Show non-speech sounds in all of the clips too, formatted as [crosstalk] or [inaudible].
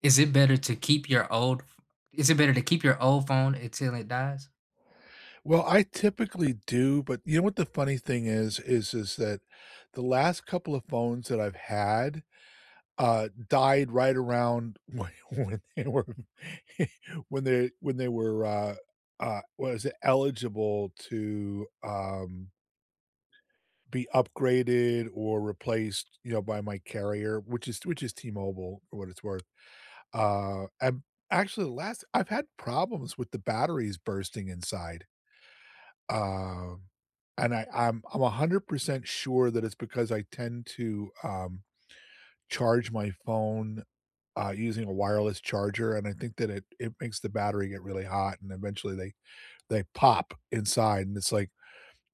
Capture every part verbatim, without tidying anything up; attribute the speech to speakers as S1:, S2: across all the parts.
S1: Is it better to keep your old is it better to keep your old phone until it dies?
S2: Well, I typically do, but you know what the funny thing is, is is that the last couple of phones that I've had, uh, died right around [laughs] when when they were [laughs] when they when they were, uh uh, was it eligible to, um, be upgraded or replaced, you know, by my carrier, which is which is T-Mobile for what it's worth. Uh, and actually the last I've had problems with the batteries bursting inside. Um, and I I'm I'm one hundred percent sure that it's because I tend to, um, charge my phone, uh, using a wireless charger, and I think that it it makes the battery get really hot, and eventually they they pop inside, and it's like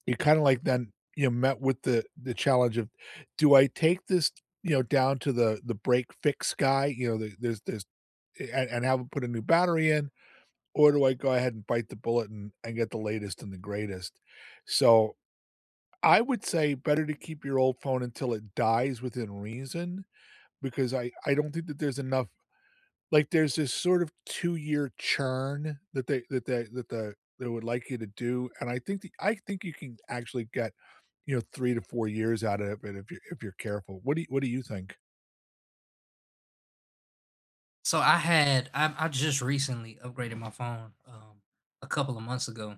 S2: you kinda like then you know, met with the the challenge of, "Do I take this, you know, down to the the break fix guy?" You know, the there's there's and and have him put a new battery in, or do I go ahead and bite the bullet and and get the latest and the greatest? So, I would say better to keep your old phone until it dies within reason, because I I don't think that there's enough like, there's this sort of two-year churn that they that they that the they would like you to do, and I think the I think you can actually get, you know, three to four years out of it if you if you're careful. What do you what do you think?
S1: So I had I I just recently upgraded my phone, um, a couple of months ago,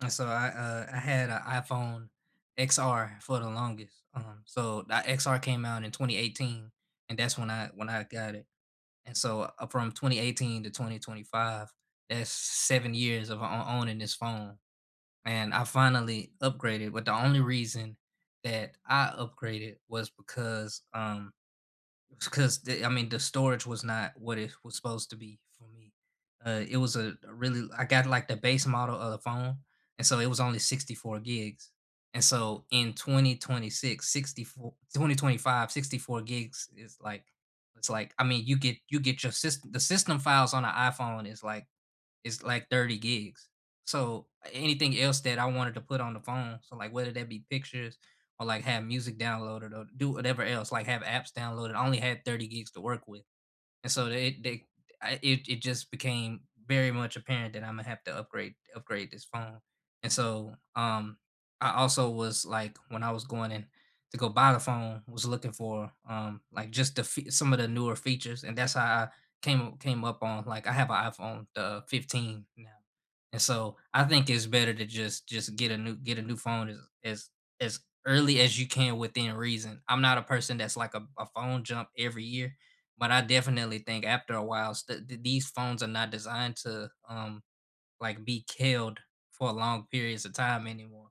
S1: and so I, uh, I had an iPhone X R for the longest, um, so that X R came out in twenty eighteen, and that's when I when I got it, and so, uh, from twenty eighteen to twenty twenty-five, that's seven years of o owning this phone, and I finally upgraded. But the only reason that I upgraded was because um [laughs] because the, I mean the storage was not what it was supposed to be for me. Uh, it was a a really I got like the base model of the phone, and so it was only sixty-four gigs. And so in twenty twenty six, sixty four, twenty twenty five, sixty four gigs is like it's like I mean you get you get your system the system files on an iPhone is like it's like thirty gigs. So anything else that I wanted to put on the phone, so like whether that be pictures or like have music downloaded or do whatever else, like have apps downloaded, I only had thirty gigs to work with. And so they they I, it it just became very much apparent that I'm gonna have to upgrade upgrade this phone. And so um I also was like when I was going in to go buy the phone was looking for um like just the fe- some of the newer features, and that's how I came came up on like I have an iPhone the fifteen now. And so I think it's better to just just get a new get a new phone as as as early as you can within reason. I'm not a person that's like a, a phone jump every year, but I definitely think after a while, st- th- these phones are not designed to um like be killed for long periods of time anymore.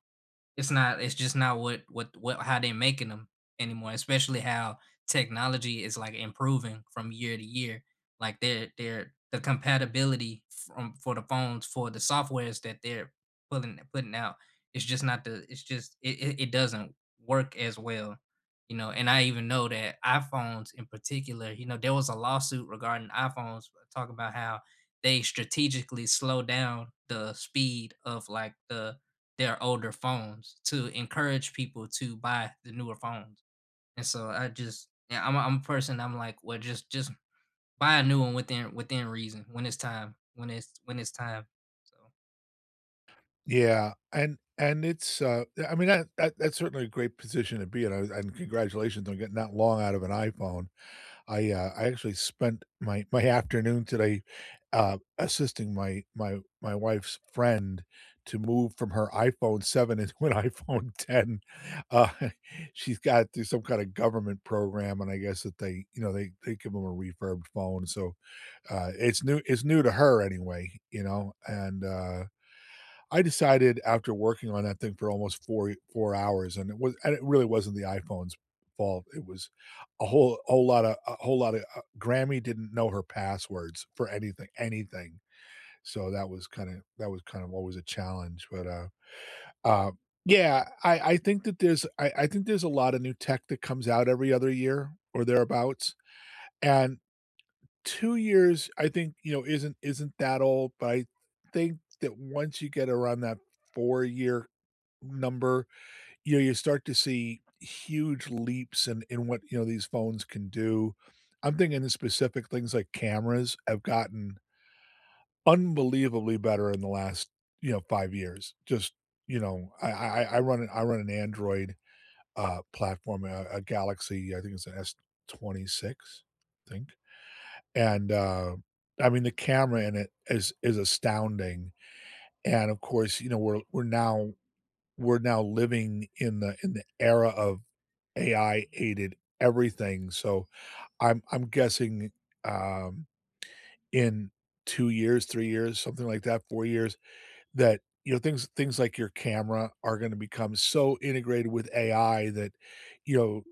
S1: It's not it's just not what what what how they are making them anymore, especially how technology is, like, improving from year to year. Like, they're they're the compatibility from for the phones, for the softwares that they're pulling putting out, it's just not the it's just it it it doesn't work as well, you know, and I even know that iPhones in particular, you know, there was a lawsuit regarding iPhones talking about how they strategically slow down the speed of, like, the their older phones to encourage people to buy the newer phones. And so I just yeah, I'm a, I'm a person I'm like, well just just buy a new one within within reason when it's time. When it's when it's time. So
S2: Yeah, and and it's, uh, I mean, that that that's certainly a great position to be in, uh, and congratulations on getting that long out of an iPhone. I, uh, I actually spent my my afternoon today, uh, assisting my my my wife's friend to move from her iPhone seven into an [laughs] iPhone ten. Uh, [laughs] she's got through some kind of government program, and I guess that they, you know, they they give them a refurbed phone. So, uh, it's new it's new to her anyway, you know, and, uh I decided after working on that thing for almost four four hours, and it was and it really wasn't the iPhone's fault. It was a whole whole lot of a whole lot of uh, Grammy didn't know her passwords for anything anything. So that was kind of that was kind of always a challenge. But uh, uh yeah, I I think that there's I I think there's a lot of new tech that comes out every other year or thereabouts, and two years I think you know isn't isn't that old, but I think that once you get around that four year number, you know, you start to see huge leaps in in what, you know, these phones can do. I'm thinking in specific things like cameras have gotten unbelievably better in the last, you know, five years. Just, you know, I I I run an I run an Android, uh, platform, a a Galaxy, I think it's an S twenty-six, I think, and, uh, I mean, the camera in it is is astounding, and, of course, you know, we're we're now we're now living in the in the era of A I aided everything. So I'm I'm guessing um, in two years, three years, something like that, four years, that you know things things like your camera are going to become so integrated with A I that you know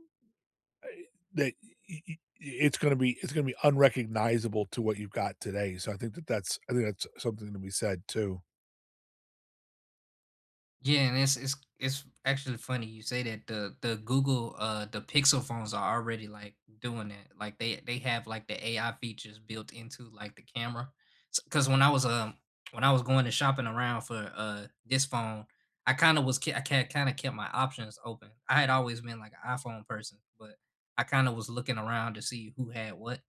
S2: that y- y- it's going to be it's going to be unrecognizable to what you've got today. So I think that that's I think that's something to be said too.
S1: yeah, and it's it's it's actually funny you say that the the Google uh the Pixel phones are already like doing that. Like they they have like the A I features built into like the camera. Because when I was um when I was going and shopping around for uh this phone, I kind of was ke- I kind of kept my options open. I had always been like an iPhone person, but I kind of was looking around to see who had what.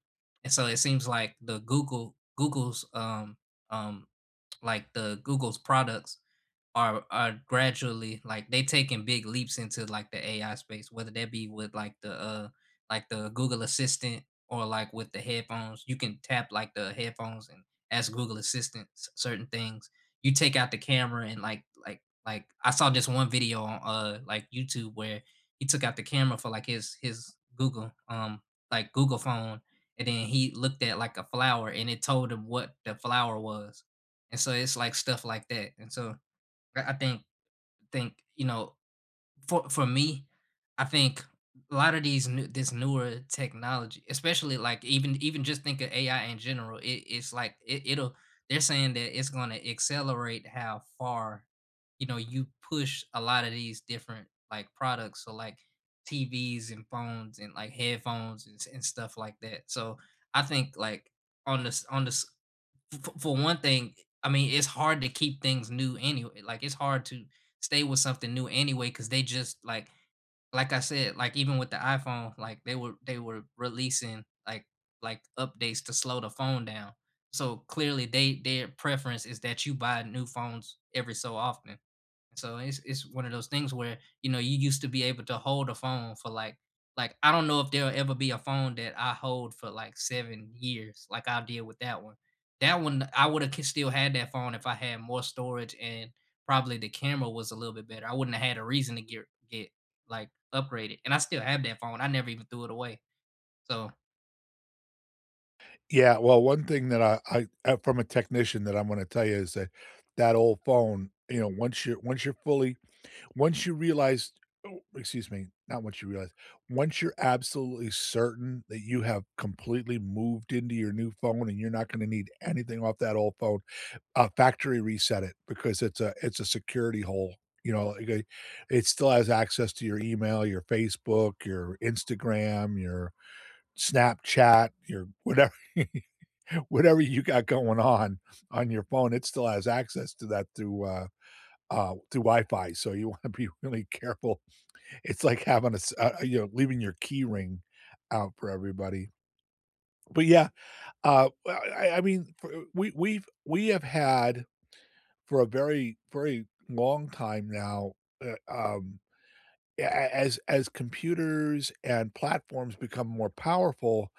S1: And so it seems like the Google Google's um um like the Google's products are are gradually like they taking big leaps into like the A I space, whether that be with like the uh like the Google Assistant or like with the headphones. You can tap like the headphones and ask Google Assistant s- certain things. You take out the camera and like like like I saw this one video on uh like YouTube where he took out the camera for like his his Google um like Google phone, and then he looked at like a flower, and it told him what the flower was. And so it's like stuff like that. And so I I think think you know, for for me, I think a lot of these new this newer technology, especially like even even just think of A I in general, it, it's like it, it'll they're saying that it's going to accelerate how far, you know, you push a lot of these different like products, so like T Vs and phones and like headphones, and, s- and stuff like that. So I think like on this on this f- for one thing, I mean, it's hard to keep things new anyway. Like it's hard to stay with something new anyway because they just like like I said, like even with the iPhone, like they were they were releasing like like updates to slow the phone down. So clearly, they their preference is that you buy new phones every so often. So it's it's one of those things where, you know, you used to be able to hold a phone for like like I don't know if there'll ever be a phone that I hold for like seven years like I did with that one. That one I would have still had that phone if I had more storage and probably the camera was a little bit better. I wouldn't have had a reason to get get like upgraded. And I still have that phone. I never even threw it away. So
S2: Yeah, well, one thing that I I uh, from a technician that I'm gonna tell you is that that old phone, you know, once you're once you're fully once you realize oh, excuse me, not once you realize, once you're absolutely certain that you have completely moved into your new phone and you're not gonna need anything off that old phone, uh, factory reset it because it's a it's a security hole, you know, like, uh, it still has access to your email, your Facebook, your Instagram, your Snapchat, your whatever. [laughs] whatever you got going on on your phone, it still has access to that through uh, uh, through Wi-Fi. So you [laughs] want to be really careful. It's like having a s- uh, uh, you know leaving your key ring out for everybody. But yeah, uh, well, I, I mean, for- we we've we have had for a very very long time now. Uh, um, a- a- as as computers and platforms become more powerful,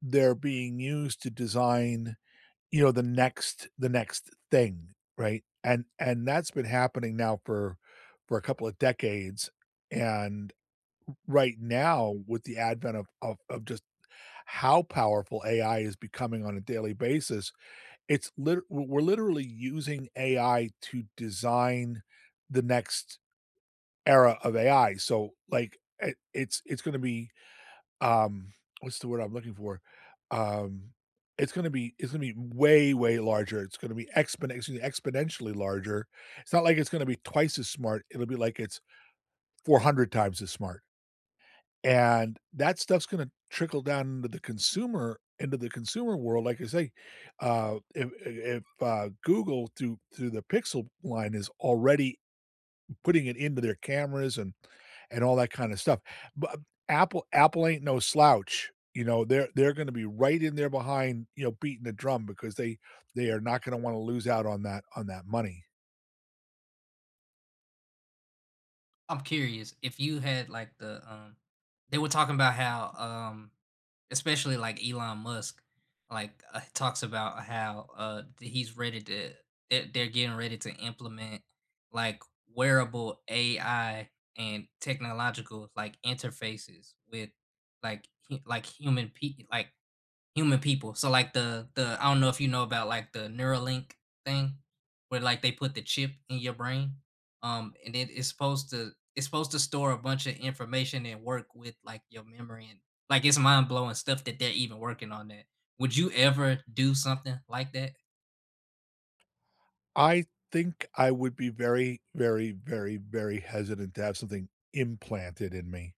S2: they're being used to design you know, the next the next thing, right? And and that's been happening now for for a couple of decades, and right now, with the advent of of of just how powerful A I is becoming on a daily basis, it's lit we're literally using A I to design the next era of A I, so, like, it it's it's gonna be um, what's the word I'm looking for? Um, it's gonna be it's gonna be way, way larger. It's gonna be expon excuse me, exponentially larger. It's not like it's gonna be twice as smart, it'll be like it's four hundred times as smart, and that stuff's gonna trickle down into the consumer into the consumer world, like I say, uh, if if, uh, Google through through the Pixel line is already putting it into their cameras and and all that kind of stuff. But um, Apple Apple ain't no slouch. You know, they're they're going to be right in there behind, you know, beating the drum because they they are not going to want to lose out on that on that money.
S1: I'm curious if you had like the um they were talking about how um especially like Elon Musk like uh, talks about how uh th- he's ready to they're, they're getting ready to implement like wearable A I and technological like interfaces with like hu- like human pe- like human people. So like the the I don't know if you know about like the Neuralink thing where like they put the chip in your brain. Um and it is supposed to it's supposed to store a bunch of information and work with like your memory, and like it's mind blowing stuff that they're even working on that. Would you ever do something like that?
S2: I think I would be very very very very hesitant to have something implanted in me.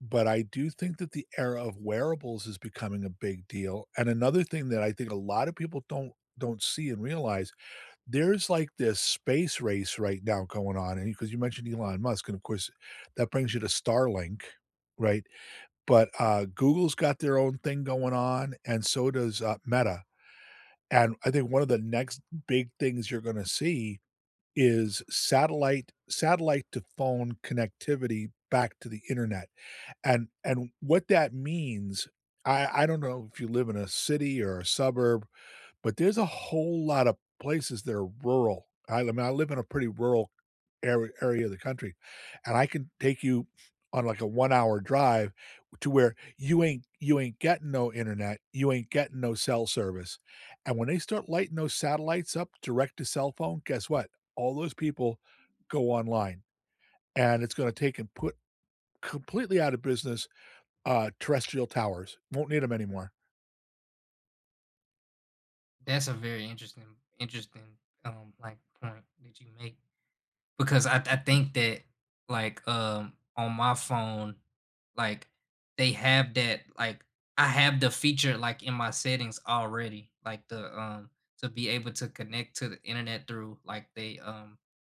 S2: But I do think that the era of wearables is becoming a big deal. And another thing that I think a lot of people don't don't see and realize there's like this space race right now going on, and because you mentioned Elon Musk, and of course, that brings you to Starlink, right? But uh, Google's got their own thing going on, and so does uh, Meta. And I think one of the next big things you're going to see is satellite satellite to phone connectivity back to the internet, and and what that means. I, I don't know if you live in a city or a suburb but there's a whole lot of places that are rural. I I mean, I live in a pretty rural area area of the country, and I can take you on, like, a one-hour drive to where you ain't you ain't getting no internet, you ain't getting no cell service, and when they start lighting those satellites up direct to cell phone, guess what? All those people go online, and it's gonna take and put completely out of business, uh, terrestrial towers. Won't need need them anymore.
S1: That's a very interesting interesting um like point that you make. Because I I think that, like, um, on my phone, like, they have that like, I have the feature, like, in my settings already, like, the, um to be able to connect to the internet through, like, they, um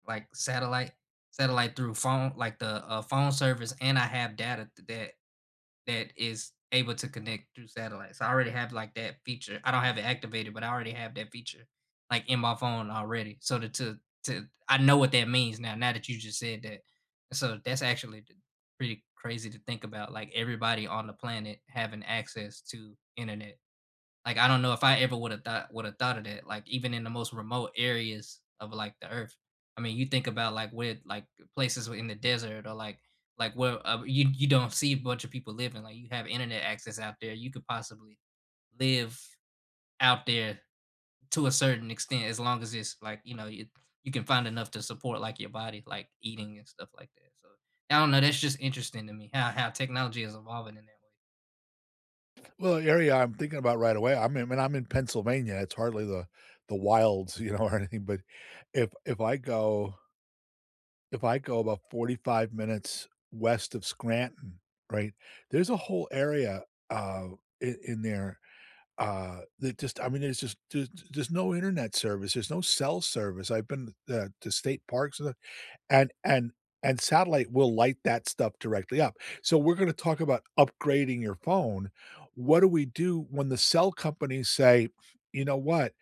S1: like, satellite satellite through phone, like, the, uh, phone service, and I have data th that that is able to connect through satellites. I already have like that feature. I don't have it activated, but I already have that feature like in my phone already. So to to, to I know what that means now. Now that you just said that, so that's actually th- pretty crazy to think about. Like everybody on the planet having access to internet. Like I don't know if I ever would have thought would have thought of that. Like even in the most remote areas of like the earth. I mean, you think about like where like places in the desert or like like where uh, you you don't see a bunch of people living. Like you have internet access out there. You could possibly live out there to a certain extent as long as it's like you know you you can find enough to support like your body, like eating and stuff like that. So I don't know. That's just interesting to me how how technology is evolving in that way.
S2: Well, the area I'm thinking about right away, I mean, I'm in Pennsylvania, it's hardly the the wilds, [laughs] you know, or anything, but if if I go if I go about forty-five minutes west of Scranton, right, there's a whole area, uh, in in there, uh, that just I mean, there's just there's there's no internet service, there's no cell service, I've been, uh, to state parks, uh and and and satellite will light that stuff directly up. So we're gonna talk about upgrading your phone. What do we do when the cell companies say, "You know what?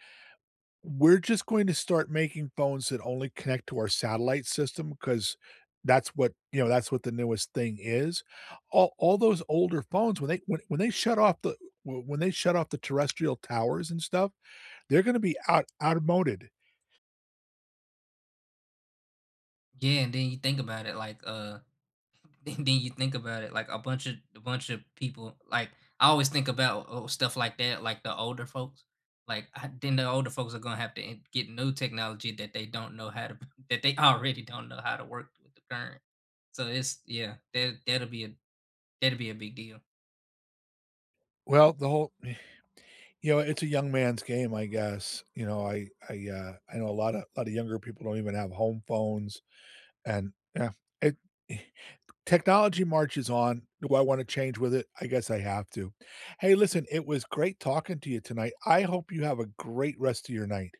S2: We're just going to start making phones that only connect to our satellite system because that's what, you know, that's what the newest thing is." All all those older phones, when they when when they shut off the when they shut off the terrestrial towers and stuff, they're gonna be out outmoded.
S1: Yeah, and then you think about it like uh then then you think about it, like a bunch of a bunch of people. Like I always think about oh, stuff like that, like the older folks. Like I, then the older folks are gonna have to in- get new technology that they don't know how to [laughs] that they already don't know how to work with the current. So it's yeah, that that'll be a that'll be a big deal.
S2: Well, the whole you know, it's a young man's game, I guess. You know, I I, uh, I know a lot of a lot of younger people don't even have home phones, and yeah, it [sighs] technology marches on. Do I want to change with it? I guess I have to. Hey, listen, it was great talking to you tonight. I hope you have a great rest of your night.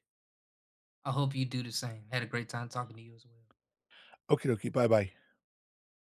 S1: I hope you do the same. Had a great time talking to you as well.
S2: Okie dokie. Bye bye.